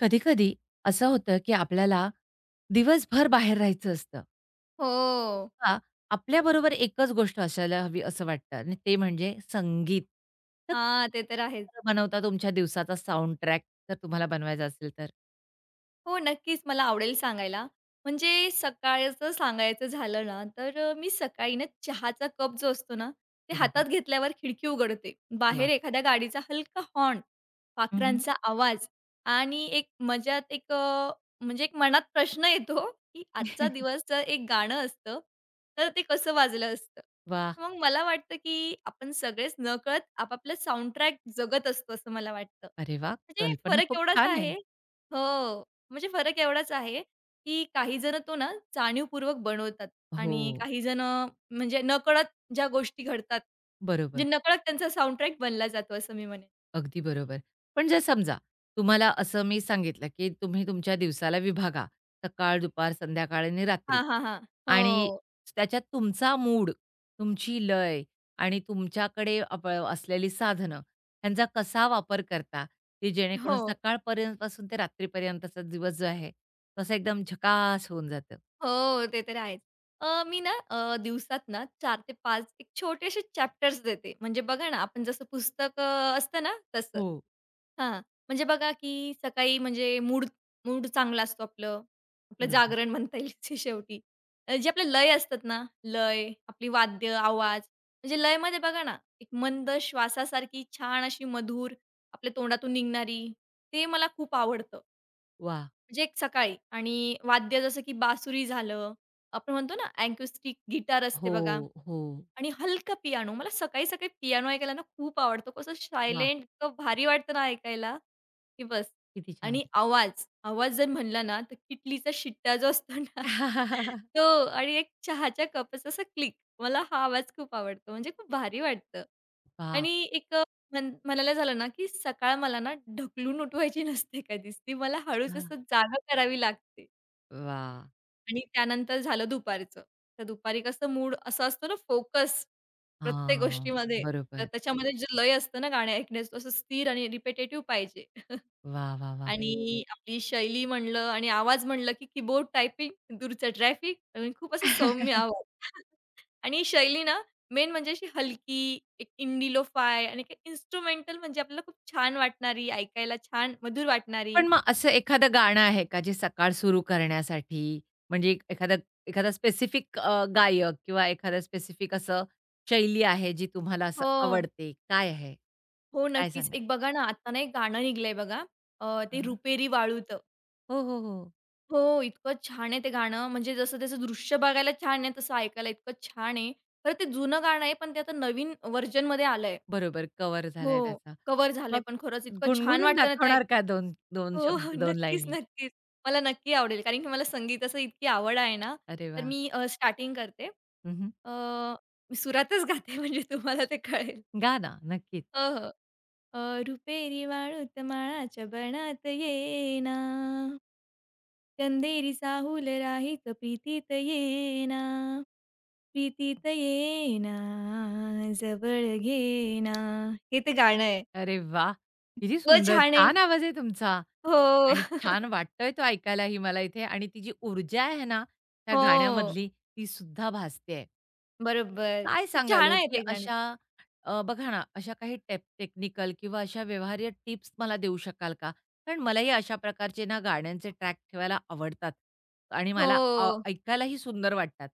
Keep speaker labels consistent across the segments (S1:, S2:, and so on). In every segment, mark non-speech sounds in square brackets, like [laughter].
S1: कधी-कधी असं होतं, की आपल्याला दिवसभर बाहेर राहायचं असतं
S2: हो.
S1: किंवा आपल्याबरोबर एकच गोष्ट असायला हवी असं वाटतं आणि ते म्हणजे संगीत. तर
S2: हां, ते तर आहेच.
S1: काय बनवता तुमच्या दिवसाचा साउंड ट्रॅक जर तुम्हाला बनवायचा असेल तर?
S2: हो, नक्कीच मला आवडेल सांगायला. म्हणजे सकाळचं सांगायचं झालं ना, तर मी सकाळी ना चहाचा कप जो असतो ना, ते
S1: बरोबर.
S2: हातात घेतल्यावर खिडकी उघडते. बाहेर
S1: वाह!
S2: एखाद्या गाडीचा हलका हॉर्न,
S1: हं, हं.
S2: पाखरांचा आवाज आणि एक मजात म्हणजे एक मनात प्रश्न येतो, की
S1: वाह!
S2: आजचा
S1: [laughs]
S2: दिवसचं एक गाणं असतं, तर ते कसं वाजलं असतं? मग मला वाटतं, की आपण सगळेच नकळत आपापलं साउंडट्रॅक जगत असतो, असं मला वाटतं.
S1: अरे वाह!
S2: म्हणजे
S1: कल्पना
S2: फरक
S1: खूप
S2: एवढाच
S1: छान आहे.
S2: आहे. हो. म्हणजे फरक एवढाच आहे, की काही जण तो ना जाणीवपूर्वक बनवतात
S1: हो,
S2: आणि काही जण म्हणजे नकळत ज्या गोष्टी घडतात,
S1: बरोबर.
S2: म्हणजे नकळत त्यांचा साउंडट्रॅक बनला जातो असं मी म्हणेन.
S1: अगदी बरोबर. पण जर समजा तुम्हाला असं मी सांगितलं, की तुम्ही तुमच्या दिवसाला विभागा. सकाळ, दुपार, संध्याकाळ आणि रात्री
S2: हां, हां, हां. हो.
S1: आणि त्याच्यात तुमचा मूड, तुमची लय आणि तुमच्याकडे अप असलेली साधनं ह्यांचा कसा वापर करता, की जेणेकरून
S2: हो.
S1: सकाळपर्यंतपासून ते रात्रीपर्यंतचा दिवस जो आहे, तसा एकदम झकास होऊन जातं?
S2: हो, ते तर आहेच. मी ना दिवसात ना 4 ते 5 एक छोटेसे चॅप्टर्स देते. म्हणजे बघा ना, आपण जसं पुस्तक असतं ना तसं.
S1: हो,
S2: हां, म्हणजे बघा की सकाळी म्हणजे मूड मूड चांगला असतो आपलं, आपलं
S1: बरोबर.
S2: जागरण म्हणता येईल ते शेवटी. जे आपले लय असतात ना, लय, आपली वाद्य, आवाज, म्हणजे लयमध्ये बघा ना, एक मंद श्वासासारखी छान अशी मधुर आपल्या तोंडातून निघणारी, ते मला खूप आवडतं.
S1: वाह!
S2: म्हणजे एक सकाळी आणि वाद्य जसं की बासुरी झालं, आपण म्हणतो ना अॅक्युस्टिक गिटार असते
S1: हो,
S2: बघा.
S1: हो.
S2: आणि हलका पियानो. मला सकाळी-सकाळी पियानो ऐकायला ना खूप आवडतो. कसं
S1: वाह!
S2: सायलेंट इतकं भारी वाटतं ना ऐकायला, की बस.
S1: किती छान.
S2: आणि आवाज, आवाज जर म्हणला ना, तर किटलीचा शिट्टा जो असतो ना, [laughs]
S1: [laughs]
S2: तो आणि एक चहाच्या कपाचा असा क्लिक. मला हा आवाज खूप आवडतो. म्हणजे खूप भारी वाटतं.
S1: वाह!
S2: आणि एक म्हणायला झालं ना, की सकाळ मला ना ढकलून उठवायची नसते कधीच. ती मला हळूच
S1: अच्छा.
S2: असं जागं करावी लागते.
S1: वाह!
S2: आणि त्यानंतर झालं दुपारचं. तर दुपारी कसं मूड असा असतो ना फोकस प्रत्येक
S1: हां,
S2: गोष्टीमध्ये. तर
S1: बरोबर.
S2: त्याच्यामध्ये जे लय असतं ना गाणं ऐकण्याचं असं स्थिर आणि रिपिटेटिव्ह पाहिजे.
S1: वाह, वाह, वाह!
S2: आणि आपली शैली म्हणलं आणि आवाज म्हणलं की कीबोर्ड टायपिंग, दूरचं ट्रॅफिक खूप असं सौम्य आवाज. [laughs] आणि शैली ना मेन म्हणजे अशी हलकी, एक इंडी फाय आणि इन्स्ट्रुमेंटल म्हणजे आपल्याला खूप छान वाटणारी, ऐकायला छान मधुर वाटणारी.
S1: पण मग असं एखादं गाणं आहे का, जे सकाळ सुरू करण्यासाठी म्हणजे एखादा एखादा स्पेसिफिक गायक किंवा एखादं स्पेसिफिक असं शैली आहे, जी तुम्हाला असं
S2: हो.
S1: आवडते? काय आहे?
S2: हो,
S1: काय
S2: नक्कीच.
S1: सांगाल?
S2: एक बघा ना, आता ना एक गाणं निघलंय बघा,
S1: हां,
S2: ते
S1: हां.
S2: रुपेरी वाळूत.
S1: हो, हो, हो.
S2: हो, इतकं छान आहे ते गाणं. म्हणजे जसं त्याचं दृश्य बघायला छान आहे, तसं ऐकायला इतकं छान आहे. खरं ते जुनं गाणं आहे, पण ते आता नवीन व्हर्जनमध्ये आलंय.
S1: बरोबर कव्हर झालाय
S2: हो,
S1: त्याचा.
S2: कव्हर झालंय.
S1: मग
S2: पण खरंच इतकं छान
S1: गुणगुणून
S2: वाटतं ना ते ऐक.
S1: दाखवणार का 2, 2
S2: हो, हो.
S1: शब्द, 2
S2: नक्कीच,
S1: लाईनी?
S2: नक्कीच. मला नक्की आवडेल. कारण की मला संगीताचं इतकी आवड आहे ना,
S1: अरे
S2: तर
S1: वाह!
S2: मी स्टार्टिंग करते.
S1: हं,
S2: अ, मी सुरातच गाते [laughs] म्हणजे तुम्हाला ते कळेल.
S1: गा ना, नक्कीच.
S2: हो, हो. अ, रुपेरी वाळूत माळाच्या बनात येना चंदेरी चाहूल राहित प्रीतीत येना प्रीतीत येना जवळ घेना हे ते गाणं आहे.
S1: अरे वाह! किती
S2: इतकं
S1: सुंदर.
S2: छान आहे.
S1: छान आवाज आहे तुमचा.
S2: हो,
S1: आणि छान वाटतोय तो ऐकायलाही मला इथे आणि ती जी ऊर्जा आहे ना, त्या
S2: हो.
S1: गाण्यामधली ती सुद्धा भासते.
S2: बरोबर.
S1: काय
S2: खूप
S1: सांगाल
S2: छान
S1: हो,
S2: आहे
S1: की
S2: ते गाणं.
S1: अशा बघा ना, अशा काही टेप टेक्निकल किंवा अशा व्यवहार्य टिप्स मला देऊ शकाल का? कारण मलाही अशा प्रकारचे ना गाण्यांचे ट्रॅक ठेवायला आवडतात आणि मला
S2: हो,
S1: ऐकायलाही सुंदर वाटतात.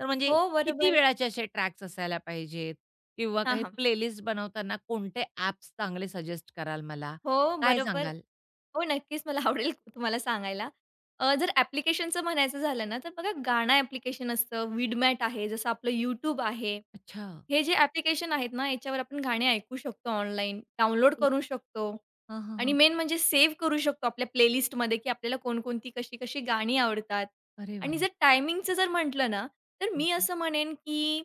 S1: तर म्हणजे
S2: हो,
S1: किती
S2: बरोबर.
S1: वेळाचे असे ट्रॅक्स असायला पाहिजेत किंवा
S2: हां,
S1: काही
S2: हां.
S1: प्लेलिस्ट बनवताना कोणते ॲप्स चांगले सजेस्ट कराल मला?
S2: हो,
S1: काय
S2: बरोबर.
S1: सांगाल?
S2: हो, नक्कीच मला आवडेल तुम्हाला सांगायला. जर ॲप्लिकेशनचं म्हणायचं झालं ना, तर बघा गाणं ॲप्लिकेशन असतं, Vidmat आहे, जसं आपलं YouTube आहे.
S1: अच्छा.
S2: हे जे ॲप्लिकेशन आहेत ना, याच्यावर आपण गाणे ऐकू शकतो ऑनलाईन, डाउनलोड करू शकतो
S1: हां,
S2: आणि
S1: हां,
S2: मेन म्हणजे सेव्ह करू शकतो आपल्या प्लेलिस्टमध्ये, की आपल्याला कोणकोणती, कशी-कशी गाणी आवडतात.
S1: अरे
S2: आणि
S1: वाह!
S2: जर टायमिंगचं म्हटलं ना, तर
S1: हं,
S2: मी
S1: हं.
S2: असं म्हणेन, की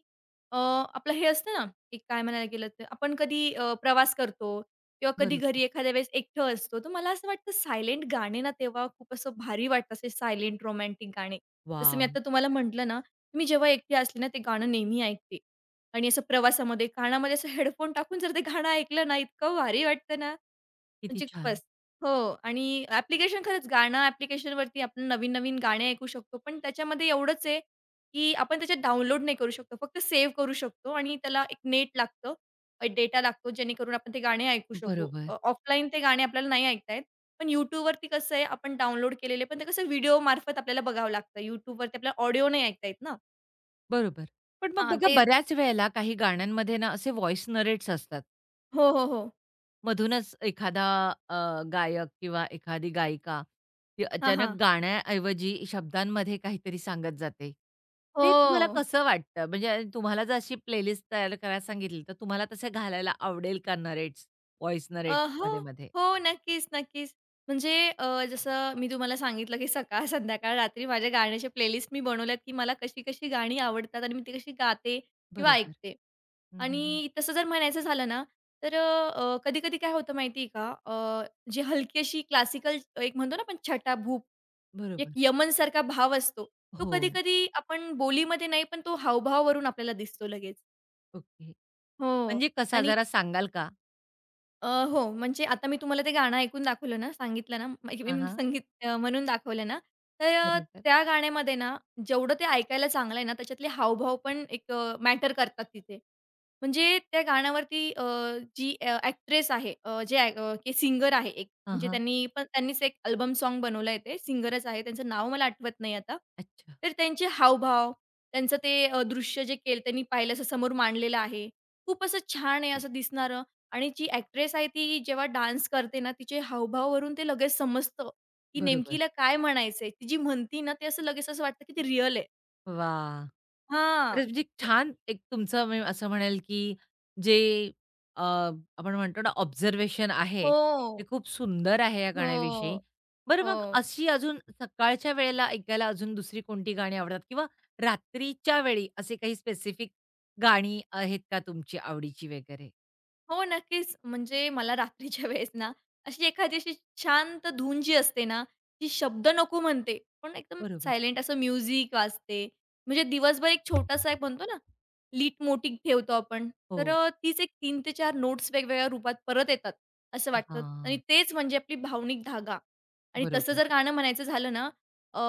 S2: अ, आपलं हे असतं ना, एक काय म्हणायला गेलं तर आपण कधी प्रवास करतो किंवा कधी
S1: बरोबर.
S2: घरी एखाद्या वेळेस एकटं असतो, तर मला असं वाटतं सायलेंट गाणे ना, तेव्हा खूप असं भारी वाटतं, असे सायलेंट रोमॅन्टिक गाणे. जसं मी
S1: वॉव!
S2: आता तुम्हाला म्हटलं ना, मी जेव्हा एकटी असले ना, ते गाणं नेहमी ऐकते. आणि असं प्रवासामध्ये कानामध्ये असं हेडफोन टाकून जर ते गाणं ऐकलं ना, इतकं भारी वाटतं ना,
S1: किती
S2: म्हणजे
S1: छान.
S2: बस. हो. आणि ॲप्लिकेशन खरंच गाणं ॲप्लिकेशनवरती आपण नवीन-नवीन गाणे ऐकू शकतो. पण त्याच्यामध्ये एवढंच आहे, की आपण त्याच्यात डाउनलोड नाही करू शकतो. फक्त सेव्ह करू शकतो आणि त्याला एक नेट लागतं, डेटा लागतो जेणेकरून आपण ते गाणे ऐकू शकू.
S1: बरोबर,
S2: ऑफलाईन ते गाणे आपल्याला नाही ऐकता येत. पण YouTubeवरती कसं आहे आपण डाउनलोड केलेले, पण ते कसं व्हिडिओमार्फत आपल्याला बघावं लागतं. YouTubeवरती आपल्याला ऑडिओ नाही ऐकता येत ना.
S1: बरोबर. पण मग
S2: हां,
S1: बघा
S2: ते
S1: बऱ्याच वेळेला काही गाण्यांमध्ये ना असे व्हॉईस नरेट्स असतात.
S2: हो, हो, हो.
S1: मधूनच एखादा अ, गायक किंवा एखादी गायिका ती
S2: हां,
S1: अचानक
S2: हां.
S1: गाण्याऐवजी शब्दांमध्ये काहीतरी सांगत जाते. ते तुम्हाला
S2: हो.
S1: कसं वाटतं? म्हणजे तुम्हाला जर अशी प्लेलिस्ट तयार करायला सांगितली, तर तुम्हाला तसे घालायला आवडेल का नरेट्स, व्हॉईस नरेट्स
S2: हो,
S1: मध्ये-मध्ये?
S2: हो. नक्कीच, नक्कीच. म्हणजे जसं मी तुम्हाला सांगितलं, की सकाळ, संध्याकाळ, रात्री माझ्या गाण्याच्या प्लेलिस्ट मी बनवल्यात, की मला कशी-कशी गाणी आवडतात आणि मी ती कशी गाते किंवा
S1: बरोबर.
S2: ऐकते.
S1: हं, हं, हं.
S2: आणि तसं जर म्हणायचं झालं ना, तर कधी-कधी काय होतं माहिती आहे का, जी हलकी अशी क्लासिकल एक म्हणतो ना आपण छटा भूप, एक
S1: बरोबर.
S2: यमनसारखा भाव असतो. तो
S1: हो.
S2: कधी-कधी आपण बोलीमध्ये नाही, पण तो हावभावावरून आपल्याला दिसतो लगेच.
S1: ओके.
S2: हो.
S1: म्हणजे कसा
S2: आणि
S1: जरा सांगाल का?
S2: हो, म्हणजे आता मी तुम्हाला ते गाणं ऐकून दाखवलं ना, सांगितलं ना, म्हणजे
S1: हां,
S2: मी
S1: हां.
S2: संगीत म्हणून दाखवलं ना, तर
S1: बरोबर.
S2: त्या गाण्यामध्ये ना, जेवढं ते ऐकायला चांगलं आहे ना, त्याच्यातले हावभाव पण एक मॅटर करतात तिथे. म्हणजे त्या गाण्यावरती जी अ, आहे, की सिंगर आहे एक,
S1: हां,
S2: म्हणजे
S1: हां.
S2: त्यांनीच एक अल्बम सॉन्ग बनवलंय ते, सिंगरच आहे, त्यांचं नाव मला आठवत नाही आता.
S1: अच्छा.
S2: तर त्यांचे हावभाव, त्यांचं ते दृश्य जे केलं त्यांनी पाहिलं असं समोर मांडलेलं आहे. खूप असं छान आहे असं दिसणारं आणि जी एक्ट्रेस आहे ती जेव्हा डान्स करते ना, तिचे हावभावावरून ते लगेच समजतं, की नेमकी
S1: बरोबर.
S2: काय म्हणायचंय. ती जी म्हणती ना, ते असं लगेच असं वाटतं, की ते रिअल आहे.
S1: वाह!
S2: हां.
S1: खरंच म्हणजे
S2: म
S1: छान एक तुमचं मी असं म्हणेल, की जे अ, आपण म्हणतो ना ऑब्झर्वेशन आहे, ते
S2: हो.
S1: खूप सुंदर आहे या गाण्याविषयी.
S2: हो.
S1: बरं मग
S2: हो.
S1: अशी अजून सकाळच्या वेळेला ऐकायला अजून दुसरी कोणती गाणी आवडतात किंवा रात्रीच्या वेळी असे काही स्पेसिफिक गाणी आहेत का तुमची आवडीची वगैरे?
S2: हो, नक्कीच. म्हणजे मला रात्रीच्या [laughs] वेळेस ना, अशी एखादी अशी शांत धून जी असते ना, ती शब्द नको म्हणते, पण एकदम
S1: बरोबर.
S2: सायलेंट असं म्युझिक वाजते. म्हणजे दिवसभर एक छोटासा एक म्हणतो ना, लीट मोठी ठेवतो आपण. तर
S1: हो.
S2: तीच एक 3 ते 4 नोट्स वेगवेगळ्या रूपात परत येतात, असं वाटतं आणि
S1: हां.
S2: तेच म्हणजे आपली भावनिक धागा. आणि तसं
S1: बरोबर.
S2: जर गाणं म्हणायचं झालं ना, अ,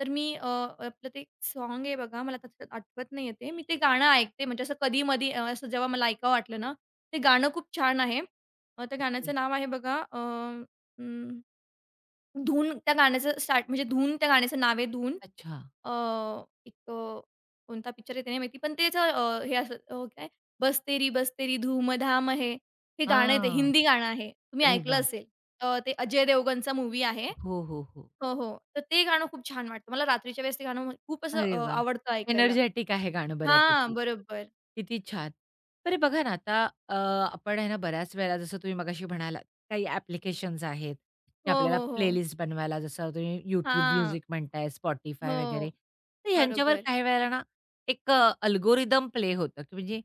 S2: तर मी आपलं ते सॉन्ग आहे बघा, मला तसं आठवत नाही आहे मी ते गाणं ऐकते म्हणजे असं कधी-मधी असं जेव्हा मला ऐकावं वाटलं ना ते गाणं खूप छान आहे. त्या
S1: ओके.
S2: गाण्याचं नाव आहे बघा अं, धून त्या गाण्याचं स्टार्ट म्हणजे धून त्या गाण्याचं नाव आहे धून.
S1: अच्छा.
S2: अ, एक कोणता पिक्चर आहे ते नाही माहिती. पण त्याचं हे असं काय बस तेरी बस तेरी हे गाणं आहे ते
S1: हां.
S2: हिंदी गाणं आहे. तुम्ही
S1: अरे
S2: ऐकलं
S1: वाह!
S2: असेल. ते अजय देवगणचा मूव्ही आहे.
S1: हो, हो, हो.
S2: हो, हो. तर ते गाणं खूप छान वाटतं. मला रात्रीच्या वेळेस ते गाणं खूप असं
S1: अरे वाह!
S2: आवडतं ऐकायला.
S1: एनर्जेटिक आहे गाणं बऱ्यापैकी.
S2: हां, बरोबर.
S1: किती छान. बरं बघा ना आता आपण आहे ना बऱ्याच वेळेला जसं तुम्ही मगाशी म्हणालात, काही ॲप्लिकेशन्स आहेत, की
S2: हो,
S1: आपल्याला
S2: हो, हो.
S1: प्लेलिस्ट बनवायला जसं तुम्ही YouTube
S2: हां.
S1: म्युझिक म्हणताय, Spotify वगैरे.
S2: हो,
S1: तर ह्यांच्यावर
S2: बरोबर.
S1: काही वेळेला ना एक अल्गोरिदम प्ले होतं, की म्हणजे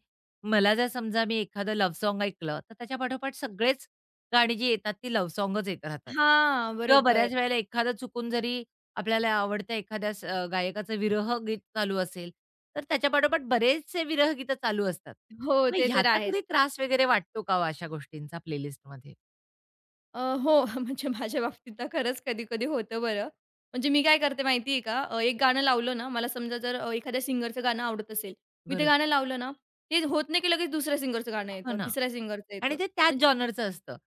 S1: मला जर समजा मी एखादं लव्ह सॉन्ग ऐकलं, तर त्याच्या पाठोपाठ सगळेच गाणी जी येतात ती लव्ह सॉन्गच येत राहतात.
S2: हां,
S1: किंवा बऱ्याच
S2: बरोबर.
S1: वेळेला एखादं चुकून जरी आपल्याला आवडत्या एखाद्या गायकाचं विरहगीत चालू असेल, तर त्याच्यापाठोपाठ बरेचसे विरहगीतं चालू असतात.
S2: हो,
S1: मग
S2: ते तर
S1: ह्याचा
S2: आहेच.
S1: कधी त्रास वगैरे वाटतो का हो अशा गोष्टींचा प्लेलिस्टमध्ये?
S2: अ, हो, [laughs] म्हणजे माझ्या बाबतीत ना खरंच कधी-कधी होतं बरं. म्हणजे मी काय करते माहिती आहे का? एक गाणं लावलं ना, मला समजा जर एखाद्या सिंगरचं गाणं आवडत असेल, मी ते
S1: बरोबर.
S2: गाणं लावलं ना, ते होत नाही की लगेच दुसऱ्या सिंगरचं गाणं
S1: हो
S2: येतं,
S1: ना.
S2: तिसऱ्या सिंगरचं
S1: आणि
S2: येतं.
S1: ते त्याच
S2: म्हणजे
S1: जॉनरचं असतं.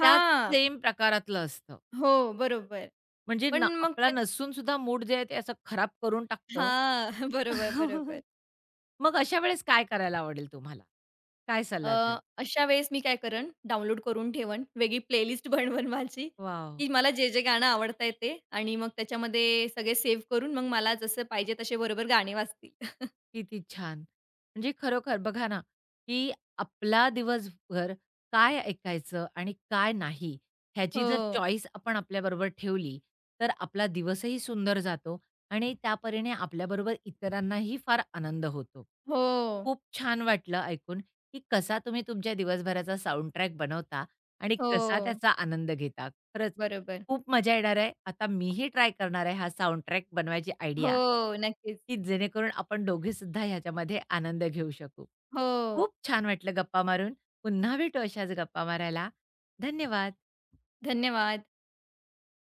S1: त्याच सेम प्रकारातलं असतं.
S2: हो, बरोबर.
S1: म्हणजे ना
S2: पण मग
S1: आपला
S2: कध-
S1: नसून सुद्धा मूड जे आहे ते असं खराब करून टाकतं.
S2: हां, [laughs] बरोबर,
S1: [laughs]
S2: बरोबर.
S1: मग अशा वेळेस काय करायला आवडेल तुम्हाला? काय सल्ला द्याल?
S2: अ, अशा वेळेस मी काय करेन, डाउनलोड करून ठेवन, वेगळी प्लेलिस्ट [laughs] बनवेन माझी,
S1: वॉव!
S2: की मला जे, जे गाणं आवडतंय ते आणि मग त्याच्यामध्ये सगळे सेव्ह करून मग मला जसं पाहिजे तसे बरोबर गाणे वाजतील. [laughs]
S1: किती छान! म्हणजे खरोखर बघा ना, की आपला दिवसभर काय ऐकायचं आणि काय नाही, ह्याची जर
S2: हो.
S1: चॉईस आपण आपल्याबरोबर ठेवली, तर आपला दिवसही सुंदर जातो आणि त्यापरीने आपल्याबरोबर इतरांनाही फार आनंद होतो.
S2: हो.
S1: खूप छान वाटलं ऐकून, की कसा तुम्ही तुमच्या दिवसभराचा साउंड ट्रॅक बनवता आणि कसा
S2: हो.
S1: त्याचा आनंद घेता. खरंच
S2: बरोबर.
S1: खूप मजा येणार आहे. आता मीही ट्राय करणार आहे हा साउंडट्रॅक बनवायची आयडिया,
S2: हो. नक्कीच.
S1: की जेणेकरून आपण दोघेसुद्धा ह्याच्यामध्ये आनंद घेऊ शकू.
S2: हो.
S1: खूप छान वाटलं गप्पा मारून. पुन्हा भेटू अशाच गप्पा मारायला. धन्यवाद.
S2: धन्यवाद.